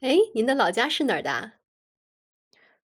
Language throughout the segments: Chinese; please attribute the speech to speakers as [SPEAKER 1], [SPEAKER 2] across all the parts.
[SPEAKER 1] 哎，您的老家是哪儿的啊？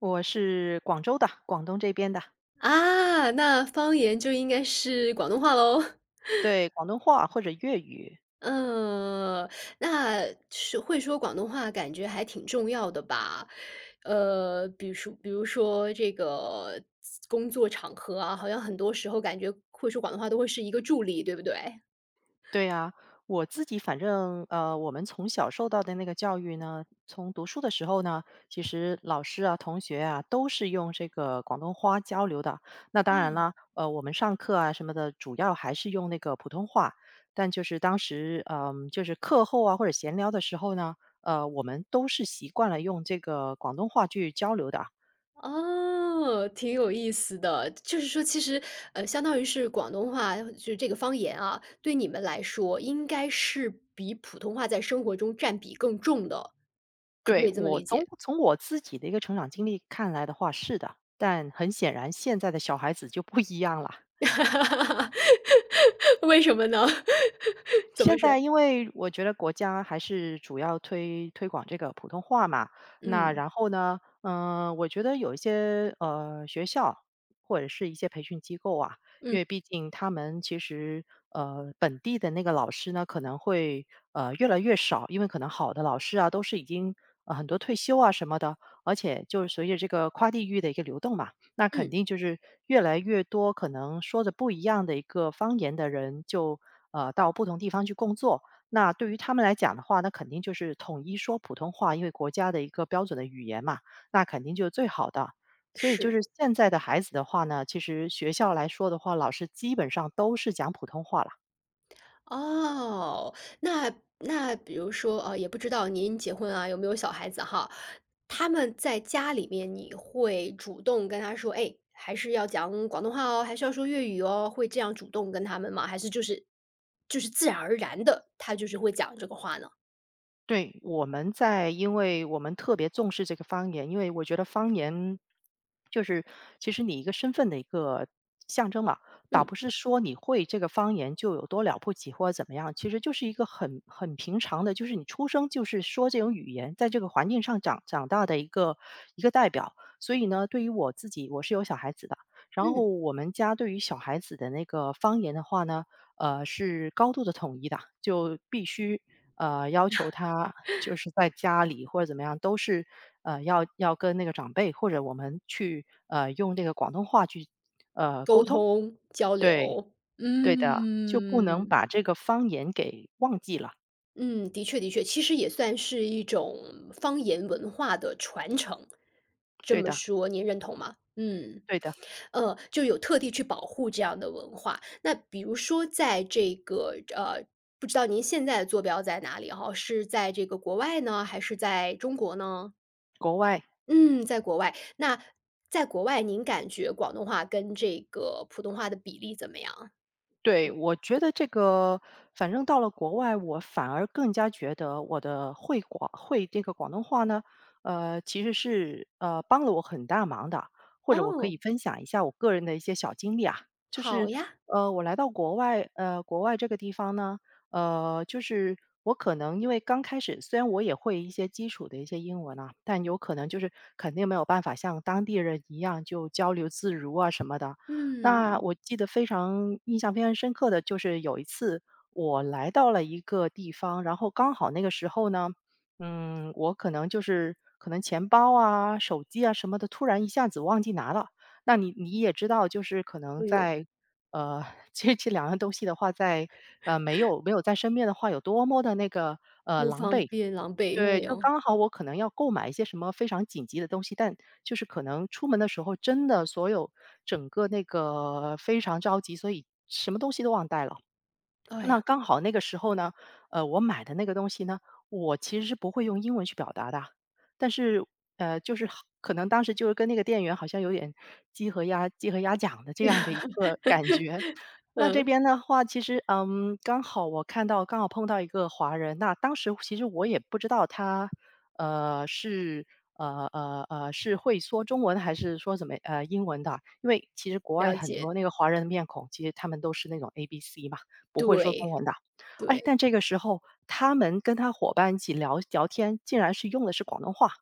[SPEAKER 2] 我是广州的，广东这边的，
[SPEAKER 1] 啊，那方言就应该是广东话喽。
[SPEAKER 2] 对，广东话或者粤语。
[SPEAKER 1] 嗯，那是会说广东话，感觉还挺重要的吧？比如说，这个工作场合啊，好像很多时候感觉会说广东话都会是一个助力，对不对？
[SPEAKER 2] 对啊，我自己反正我们从小受到的那个教育呢，从读书的时候呢，其实老师啊、同学啊都是用这个广东话交流的。那当然
[SPEAKER 1] 哦。
[SPEAKER 2] 了，我们上课啊什么的，主要还是用那个普通话。但就是当时，就是课后啊或者闲聊的时候呢，我们都是习惯了用这个广东话去交流的。
[SPEAKER 1] 哦，挺有意思的。就是说其实，相当于是广东话，就是这个方言啊，对你们来说应该是比普通话在生活中占比更重的，可不可
[SPEAKER 2] 对，
[SPEAKER 1] 以这么
[SPEAKER 2] 我
[SPEAKER 1] 理
[SPEAKER 2] 从
[SPEAKER 1] 解？
[SPEAKER 2] 从我自己的一个成长经历看来的话，是的，但很显然现在的小孩子就不一样了。
[SPEAKER 1] 为什么呢？怎
[SPEAKER 2] 现
[SPEAKER 1] 么
[SPEAKER 2] 在
[SPEAKER 1] 说？
[SPEAKER 2] 因为我觉得国家还是主要推广这个普通话嘛，那
[SPEAKER 1] 嗯，
[SPEAKER 2] 然后呢，我觉得有一些学校或者是一些培训机构啊，因
[SPEAKER 1] 嗯，
[SPEAKER 2] 为毕竟他们其实本地的那个老师呢可能会越来越少，因为可能好的老师啊都是已经很多退休啊什么的，而且就是随着这个跨地域的一个流动嘛，那肯
[SPEAKER 1] 嗯，
[SPEAKER 2] 定就是越来越多可能说着不一样的一个方言的人就，到不同地方去工作。那对于他们来讲的话，那肯定就是统一说普通话，因为国家的一个标准的语言嘛，那肯定就是最好的。所以就
[SPEAKER 1] 是。
[SPEAKER 2] 是现在的孩子的话呢，其实学校来说的话，老师基本上都是讲普通话了。
[SPEAKER 1] 哦，那比如说，也不知道您结婚啊，有没有小孩子哈，他们在家里面，你会主动跟他说，哎，还是要讲广东话哦，还是要说粤语哦，会这样主动跟他们吗？还是就是自然而然的，他就是会讲这个话呢？
[SPEAKER 2] 对，我们在因为我们特别重视这个方言，因为我觉得方言就是其实你一个身份的一个象征嘛，倒
[SPEAKER 1] 嗯
[SPEAKER 2] 不是说你会这个方言就有多了不起或者怎么样，其实就是一个很平常的，就是你出生就是说这种语言，在这个环境上长大的一个一个代表。所以呢，对于我自己，我是有小孩子的，然后
[SPEAKER 1] 嗯，
[SPEAKER 2] 我们家对于小孩子的那个方言的话呢，是高度的统一的，就必须。要求他就是在家里或者怎么样，都是要跟那个长辈或者我们去用这个广东话去
[SPEAKER 1] 沟通交
[SPEAKER 2] 对，
[SPEAKER 1] 流，
[SPEAKER 2] 对的，就不能
[SPEAKER 1] 嗯。
[SPEAKER 2] 把这个方言给忘记了。
[SPEAKER 1] 嗯，的确的确，其实也算是一种方言文化的传承。这
[SPEAKER 2] 对
[SPEAKER 1] 么
[SPEAKER 2] 的，
[SPEAKER 1] 说您认同吗？嗯，
[SPEAKER 2] 对的，
[SPEAKER 1] 就有特地去保护这样的文化。那比如说在这个不知道您现在的坐标在哪里哈？是在这个国外呢，还是在中国呢？
[SPEAKER 2] 国外
[SPEAKER 1] 嗯，在国外。那在国外，您感觉广东话跟这个普通话的比例怎么样？
[SPEAKER 2] 对，我觉得这个，反正到了国外，我反而更加觉得我的会这个广东话呢，其实是帮了我很大忙的，或者我可
[SPEAKER 1] 哦，
[SPEAKER 2] 以分享一下我个人的一些小经历啊，就
[SPEAKER 1] 好
[SPEAKER 2] 是
[SPEAKER 1] 呀，
[SPEAKER 2] 我来到国外，国外这个地方呢，就是我可能因为刚开始，虽然我也会一些基础的一些英文啊，但有可能就是肯定没有办法像当地人一样就交流自如啊什么的。那
[SPEAKER 1] 嗯，
[SPEAKER 2] 我记得非常印象非常深刻的就是有一次我来到了一个地方，然后刚好那个时候呢，嗯，我可能就是可能钱包啊、手机啊什么的，突然一下子忘记拿了。那你也知道，就是可能
[SPEAKER 1] 哎呦，
[SPEAKER 2] 在呃 这两样东西的话在，没有在身边的话，有多么的那个
[SPEAKER 1] 不
[SPEAKER 2] 狼
[SPEAKER 1] 方
[SPEAKER 2] 狈。
[SPEAKER 1] 便，狼狈，
[SPEAKER 2] 对，
[SPEAKER 1] 哎
[SPEAKER 2] 就
[SPEAKER 1] 呦。
[SPEAKER 2] 刚好我可能要购买一些什么非常紧急的东西，但就是可能出门的时候真的所有整个那个非常着急，所以什么东西都忘带了。
[SPEAKER 1] 哎
[SPEAKER 2] 那
[SPEAKER 1] 呀，
[SPEAKER 2] 刚好那个时候呢，我买的那个东西呢，我其实是不会用英文去表达的，但是就是好可能当时就是跟那个店员好像有点鸡和鸭讲的这样的一个感觉，那这
[SPEAKER 1] 嗯，
[SPEAKER 2] 边的话，其实，嗯，刚好我看到刚好碰到一个华人，那当时其实我也不知道他，是，是会说中文还是说什么，英文的。因为其实国外
[SPEAKER 1] 了
[SPEAKER 2] 很
[SPEAKER 1] 解，
[SPEAKER 2] 多那个华人的面孔，其实他们都是那种 ABC 嘛，不会说中
[SPEAKER 1] 对，
[SPEAKER 2] 文的。哎，
[SPEAKER 1] 对，
[SPEAKER 2] 但这个时候他们跟他伙伴一起聊聊天，竟然是用的是广东话。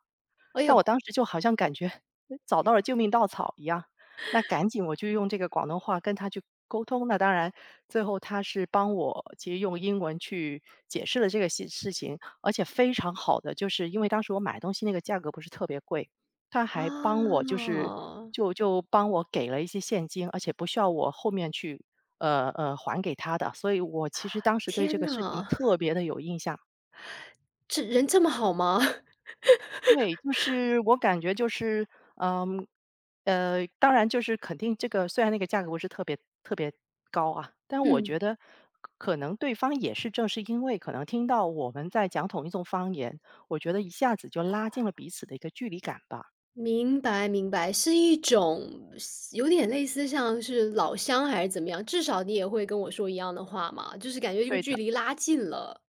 [SPEAKER 1] 哎
[SPEAKER 2] 但
[SPEAKER 1] 呦，
[SPEAKER 2] 我当时就好像感觉找到了救命稻草一样，那赶紧我就用这个广东话跟他去沟通。那当然，最后他是帮我其实用英文去解释了这个事情，而且非常好的，就是因为当时我买东西那个价格不是特别贵，他还帮我
[SPEAKER 1] 啊，
[SPEAKER 2] 就是就帮我给了一些现金，而且不需要我后面去还给他的，所以我其实当时对这
[SPEAKER 1] 天
[SPEAKER 2] 个事情
[SPEAKER 1] 呐，
[SPEAKER 2] 特别的有印象。
[SPEAKER 1] 这人这么好吗？
[SPEAKER 2] 对，就是我感觉就是，嗯，当然就是肯定这个虽然那个价格不是特别高啊，但我觉
[SPEAKER 1] 嗯，
[SPEAKER 2] 得可能对方也是正是因为可能听到我们在讲同一种方言，我觉得一下子就拉近了彼此的一个距离感吧。
[SPEAKER 1] 明白明白，是一种有点类似像是老乡还是怎么样，至少你也会跟我说一样的话嘛，就是感觉这个
[SPEAKER 2] 对
[SPEAKER 1] 距
[SPEAKER 2] 的，
[SPEAKER 1] 离拉近了。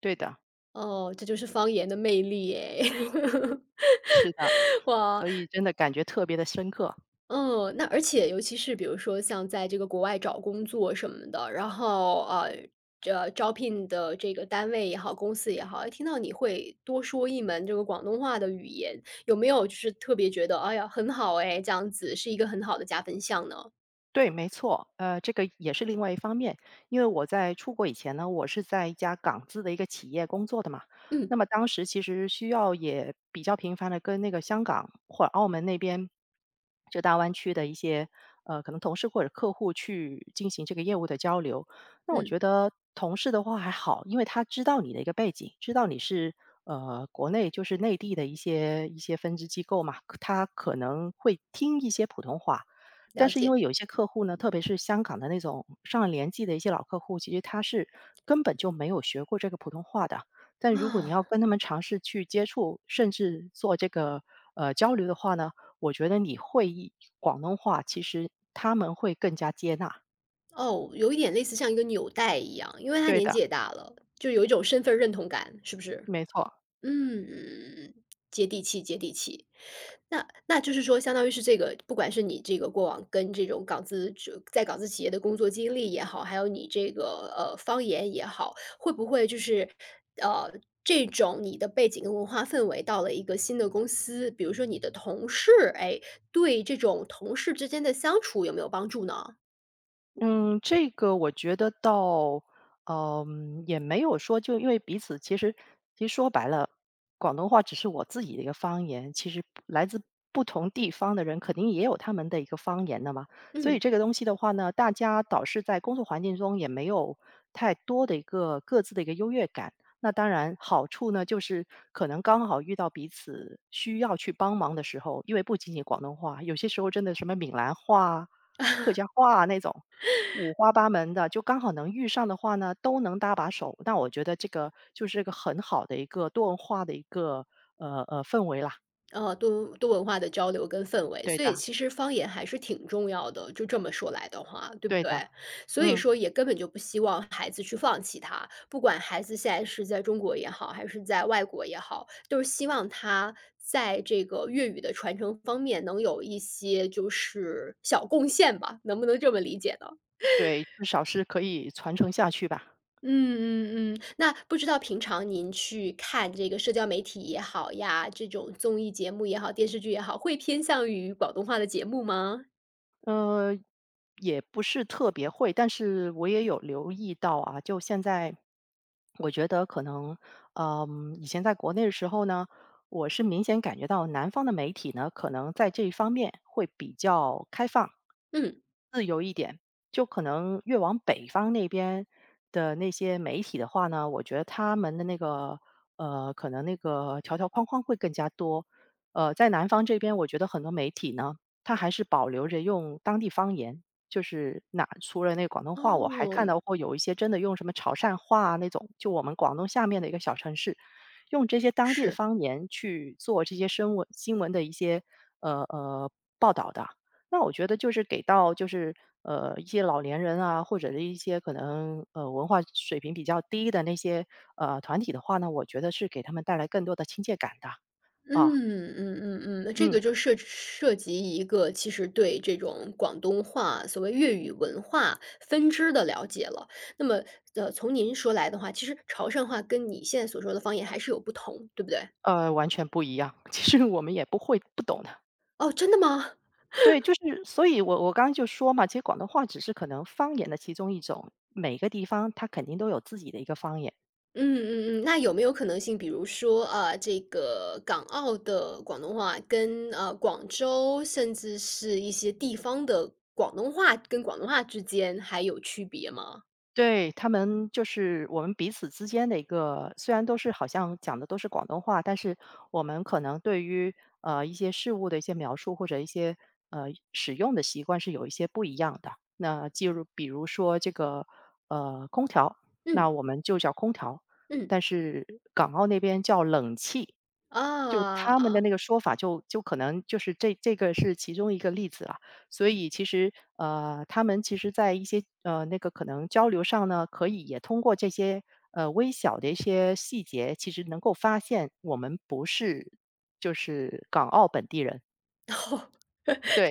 [SPEAKER 2] 对的，
[SPEAKER 1] 哦，这就是方言的魅力哎，
[SPEAKER 2] 是的，
[SPEAKER 1] 哇，
[SPEAKER 2] 所以真的感觉特别的深刻。
[SPEAKER 1] 嗯，那而且尤其是比如说像在这个国外找工作什么的，然后，这招聘的这个单位也好，公司也好，哎听到你会多说一门这个广东话的语言，有没有就是特别觉得，哎呀，很好哎，这样子是一个很好的加分项呢？
[SPEAKER 2] 对，没错，这个也是另外一方面。因为我在出国以前呢，我是在一家港资的一个企业工作的嘛，那
[SPEAKER 1] 嗯，
[SPEAKER 2] 么当时其实需要也比较频繁的跟那个香港或者澳门那边，就大湾区的一些，可能同事或者客户去进行这个业务的交流。那我
[SPEAKER 1] 嗯，
[SPEAKER 2] 觉得同事的话还好，因为他知道你的一个背景，知道你是，国内就是内地的一些分支机构嘛，他可能会听一些普通话。但
[SPEAKER 1] 了
[SPEAKER 2] 是因
[SPEAKER 1] 解。
[SPEAKER 2] 为有一些客户呢，特别是香港的那种上了年纪的一些老客户，其实他是根本就没有学过这个普通话的。但如果你
[SPEAKER 1] 啊，
[SPEAKER 2] 要跟他们尝试去接触，甚至做这个交流的话呢，我觉得你广东话，其实他们会更加接纳。
[SPEAKER 1] 哦，有一点类似像一个纽带一样，因为他
[SPEAKER 2] 对
[SPEAKER 1] 年
[SPEAKER 2] 的，
[SPEAKER 1] 纪也大了，就有一种身份认同感，是不是？
[SPEAKER 2] 没错。
[SPEAKER 1] 嗯，接地气，接地气。那就是说，相当于是这个，不管是你这个过往跟这种港资就在港资企业的工作经历也好，还有你这个方言也好，会不会就是呃这种你的背景跟文化氛围到了一个新的公司，比如说你的同事，哎，对这种同事之间的相处有没有帮助呢？
[SPEAKER 2] 嗯，这个我觉得倒，嗯，也没有说就因为彼此其实说白了，广东话只是我自己的一个方言，其实来自不同地方的人肯定也有他们的一个方言的嘛。所以
[SPEAKER 1] 嗯。
[SPEAKER 2] 这个东西的话呢，大家倒是在工作环境中也没有太多的一个各自的一个优越感。那当然，好处呢，就是可能刚好遇到彼此需要去帮忙的时候，因为不仅仅广东话，有些时候真的什么闽南话啊客家话啊那种，五花八门的，就刚好能遇上的话呢，都能搭把手。那我觉得这个就是一个很好的一个多文化的一个氛围啦。
[SPEAKER 1] 多文化的交流跟氛围，
[SPEAKER 2] 对
[SPEAKER 1] 所以
[SPEAKER 2] 的，
[SPEAKER 1] 其实方言还是挺重要的，就这么说来的话，对不
[SPEAKER 2] 对
[SPEAKER 1] 对？
[SPEAKER 2] 的，
[SPEAKER 1] 所以
[SPEAKER 2] 嗯，
[SPEAKER 1] 说也根本就不希望孩子去放弃它，不管孩子现在是在中国也好，还是在外国也好，都是希望他在这个粤语的传承方面能有一些就是小贡献吧，能不能这么理解呢？
[SPEAKER 2] 对，至少是可以传承下去吧。
[SPEAKER 1] 嗯嗯嗯，那不知道平常您去看这个社交媒体也好呀，这种综艺节目也好，电视剧也好，会偏向于广东话的节目吗？
[SPEAKER 2] 呃，也不是特别会，但是我也有留意到啊，就现在，我觉得可能，嗯，以前在国内的时候呢，我是明显感觉到南方的媒体呢，可能在这一方面会比较开放，
[SPEAKER 1] 嗯，
[SPEAKER 2] 自由一点，就可能越往北方那边的那些媒体的话呢，我觉得他们的那个可能那个条条框框会更加多。在南方这边，我觉得很多媒体呢，它还是保留着用当地方言，就是哪除了那广东话，我还看
[SPEAKER 1] 哦，
[SPEAKER 2] 到过有一些真的用什么潮汕话啊那种，就我们广东下面的一个小城市，用这些当地的
[SPEAKER 1] 是，
[SPEAKER 2] 方言去做这些新闻的一些呃呃报道的。那我觉得就是给到就是一些老年人啊，或者是一些可能文化水平比较低的那些团体的话呢，我觉得是给他们带来更多的亲切感的啊。
[SPEAKER 1] 嗯嗯嗯嗯，那这
[SPEAKER 2] 嗯，
[SPEAKER 1] 个就涉及一个其实对这种广东话所谓粤语文化分支的了解了。那么，从您说来的话，其实潮汕话跟你现在所说的方言还是有不同，对不对？
[SPEAKER 2] 完全不一样。其实我们也不会不懂的，
[SPEAKER 1] 哦，真的吗？
[SPEAKER 2] 对，就是所以我刚刚就说嘛，其实广东话只是可能方言的其中一种，每个地方它肯定都有自己的一个方言。
[SPEAKER 1] 嗯嗯嗯，那有没有可能性，比如说，啊，这个港澳的广东话跟广州，甚至是一些地方的广东话跟广东话之间还有区别吗？
[SPEAKER 2] 对，他们就是我们彼此之间的一个，虽然都是好像讲的都是广东话，但是我们可能对于一些事物的一些描述或者一些呃使用的习惯是有一些不一样的。那比如说这个空调，
[SPEAKER 1] 嗯
[SPEAKER 2] 那我们就叫空调，
[SPEAKER 1] 嗯。
[SPEAKER 2] 但是港澳那边叫冷气。就他们的
[SPEAKER 1] 啊。
[SPEAKER 2] 那个说法就可能就是这个是其中一个例子啊。所以其实，他们其实在一些，那个可能交流上呢，可以也通过这些，微小的一些细节，其实能够发现我们不是就是港澳本地人。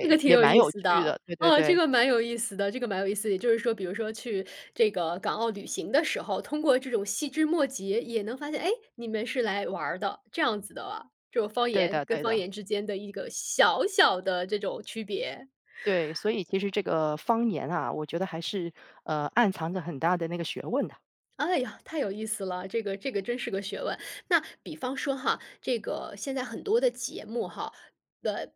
[SPEAKER 1] 这个挺
[SPEAKER 2] 也
[SPEAKER 1] 有
[SPEAKER 2] 蛮
[SPEAKER 1] 意
[SPEAKER 2] 有
[SPEAKER 1] 思
[SPEAKER 2] 趣
[SPEAKER 1] 的，
[SPEAKER 2] 的，对对
[SPEAKER 1] 哦，这
[SPEAKER 2] 对，
[SPEAKER 1] 个蛮有意思的，这个蛮有意思的。也就是说，比如说去这个港澳旅行的时候，通过这种细枝末节也能发现，哎，你们是来玩儿的，这样子的啊，这种方
[SPEAKER 2] 对
[SPEAKER 1] 言
[SPEAKER 2] 的
[SPEAKER 1] 跟
[SPEAKER 2] 对
[SPEAKER 1] 方
[SPEAKER 2] 的。
[SPEAKER 1] 言之间的一个小小的这种区别。
[SPEAKER 2] 对，所以其实这个方言啊，我觉得还是，暗藏着很大的那个学问的。
[SPEAKER 1] 哎呀，太有意思了，这个真是个学问。那比方说哈，这个现在很多的节目哈，呃，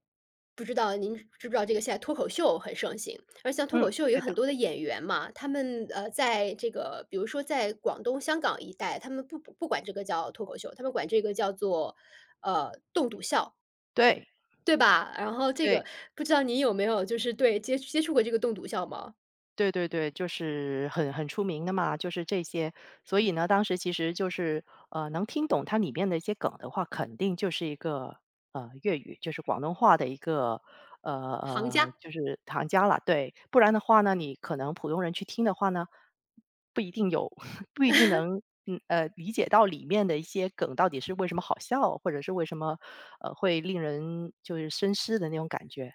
[SPEAKER 1] 不知道您知不知道这个现在脱口秀很盛行，而像脱
[SPEAKER 2] 嗯，
[SPEAKER 1] 口秀有
[SPEAKER 2] 对
[SPEAKER 1] 很
[SPEAKER 2] 的，
[SPEAKER 1] 多的演员嘛，他们在这个比如说在广东、香港一带，他们不管这个叫脱口秀，他们管这个叫做洞笃笑，
[SPEAKER 2] 对，
[SPEAKER 1] 对吧？然后这个
[SPEAKER 2] 对。
[SPEAKER 1] 不知道您有没有就是接触过这个洞笃笑吗？
[SPEAKER 2] 对对对，就是很出名的嘛，就是这些。所以呢，当时其实就是，能听懂它里面的一些梗的话，肯定就是一个，粤语，就是广东话的一个，
[SPEAKER 1] 行家。
[SPEAKER 2] 就是行家了，对。不然的话呢，你可能普通人去听的话呢，不一定有 不一定能，理解到里面的一些梗到底是为什么好笑，或者是为什么，会令人就是深思的那种感觉。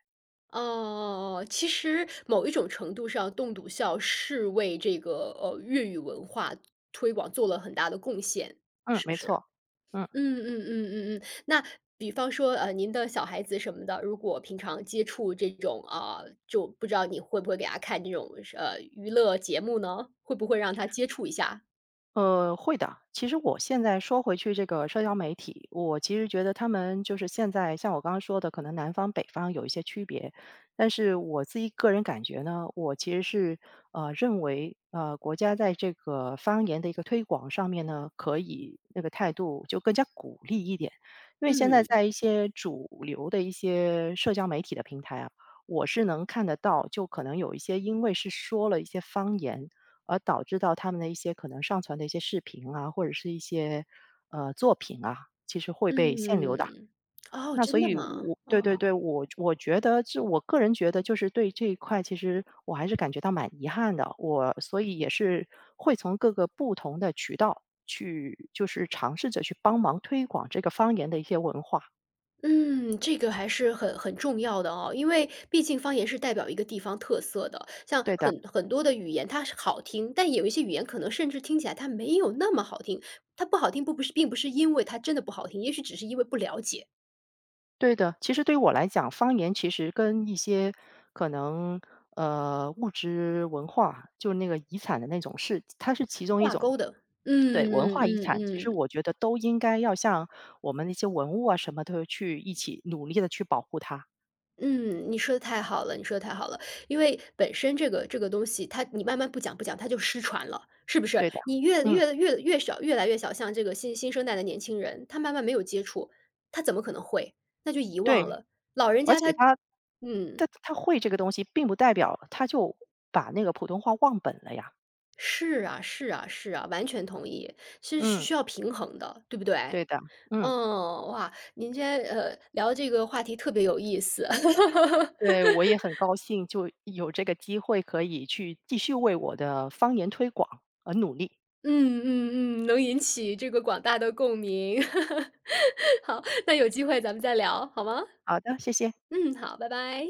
[SPEAKER 1] 哦，其实某一种程度上，冻笃笑是为这个粤语文化推广做了很大的贡献，
[SPEAKER 2] 嗯，
[SPEAKER 1] 是不
[SPEAKER 2] 没
[SPEAKER 1] 是？
[SPEAKER 2] 错，嗯。
[SPEAKER 1] 嗯嗯嗯嗯嗯。那比方说，您的小孩子什么的，如果平常接触这种啊、就不知道你会不会给他看这种娱乐节目呢？会不会让他接触一下？
[SPEAKER 2] 会的。其实我现在说回去这个社交媒体，我其实觉得他们就是现在像我刚刚说的，可能南方北方有一些区别，但是我自己个人感觉呢，我其实是认为国家在这个方言的一个推广上面呢，可以那个态度就更加鼓励一点，因为现在
[SPEAKER 1] 嗯
[SPEAKER 2] 在一些主流的一些社交媒体的平台啊。我是能看得到，就可能有一些因为是说了一些方言，而导致到他们的一些可能上传的一些视频啊，或者是一些作品啊，其实会被限流的。
[SPEAKER 1] 嗯，哦，
[SPEAKER 2] 那所
[SPEAKER 1] 真的
[SPEAKER 2] 以
[SPEAKER 1] 吗？
[SPEAKER 2] 我，对对对，
[SPEAKER 1] 哦。
[SPEAKER 2] 我觉得这，我个人觉得就是对这一块，其实我还是感觉到蛮遗憾的。我所以也是会从各个不同的渠道去，就是尝试着去帮忙推广这个方言的一些文化。
[SPEAKER 1] 嗯，这个还是很重要的哦，因为毕竟方言是代表一个地方特色的，像
[SPEAKER 2] 对的。
[SPEAKER 1] 很多的语言它是好听，但有一些语言可能甚至听起来它没有那么好听，它不好听不是并不是因为它真的不好听，也许只是因为不了解
[SPEAKER 2] 对的，其实对于我来讲，方言其实跟一些可能物质文化，就是那个遗产的那种是，它是其中一
[SPEAKER 1] 挂
[SPEAKER 2] 种。
[SPEAKER 1] 钩的。
[SPEAKER 2] 对，
[SPEAKER 1] 嗯
[SPEAKER 2] 文
[SPEAKER 1] 嗯
[SPEAKER 2] 化遗
[SPEAKER 1] 嗯
[SPEAKER 2] 产，其实
[SPEAKER 1] 嗯
[SPEAKER 2] 我觉得都应该要像我们那些文物啊什么的去一起努力的去保护它。
[SPEAKER 1] 嗯，你说的太好了，你说的太好了。因为本身这个东西，它你慢慢不讲不讲，它就失传了，是不是？
[SPEAKER 2] 对的，
[SPEAKER 1] 你
[SPEAKER 2] 嗯，
[SPEAKER 1] 越少越来越小，像这个新生代的年轻人，他慢慢没有接触，他怎么可能会？那就遗
[SPEAKER 2] 对，
[SPEAKER 1] 忘了。老人
[SPEAKER 2] 而
[SPEAKER 1] 家
[SPEAKER 2] 且
[SPEAKER 1] 他
[SPEAKER 2] 他
[SPEAKER 1] 嗯，
[SPEAKER 2] 他他会这个东西，并不代表他就把那个普通话忘本了呀。
[SPEAKER 1] 是啊是啊是啊，完全同意，是
[SPEAKER 2] 嗯，
[SPEAKER 1] 需要平衡的，对不对？
[SPEAKER 2] 对的，嗯。
[SPEAKER 1] 嗯，哇，您今天聊这个话题特别有意思，
[SPEAKER 2] 对，我也很高兴，就有这个机会可以去继续为我的方言推广而努力。
[SPEAKER 1] 嗯嗯嗯，能引起这个广大的共鸣。好，那有机会咱们再聊，好吗？
[SPEAKER 2] 好的，谢谢。
[SPEAKER 1] 嗯，好，拜拜。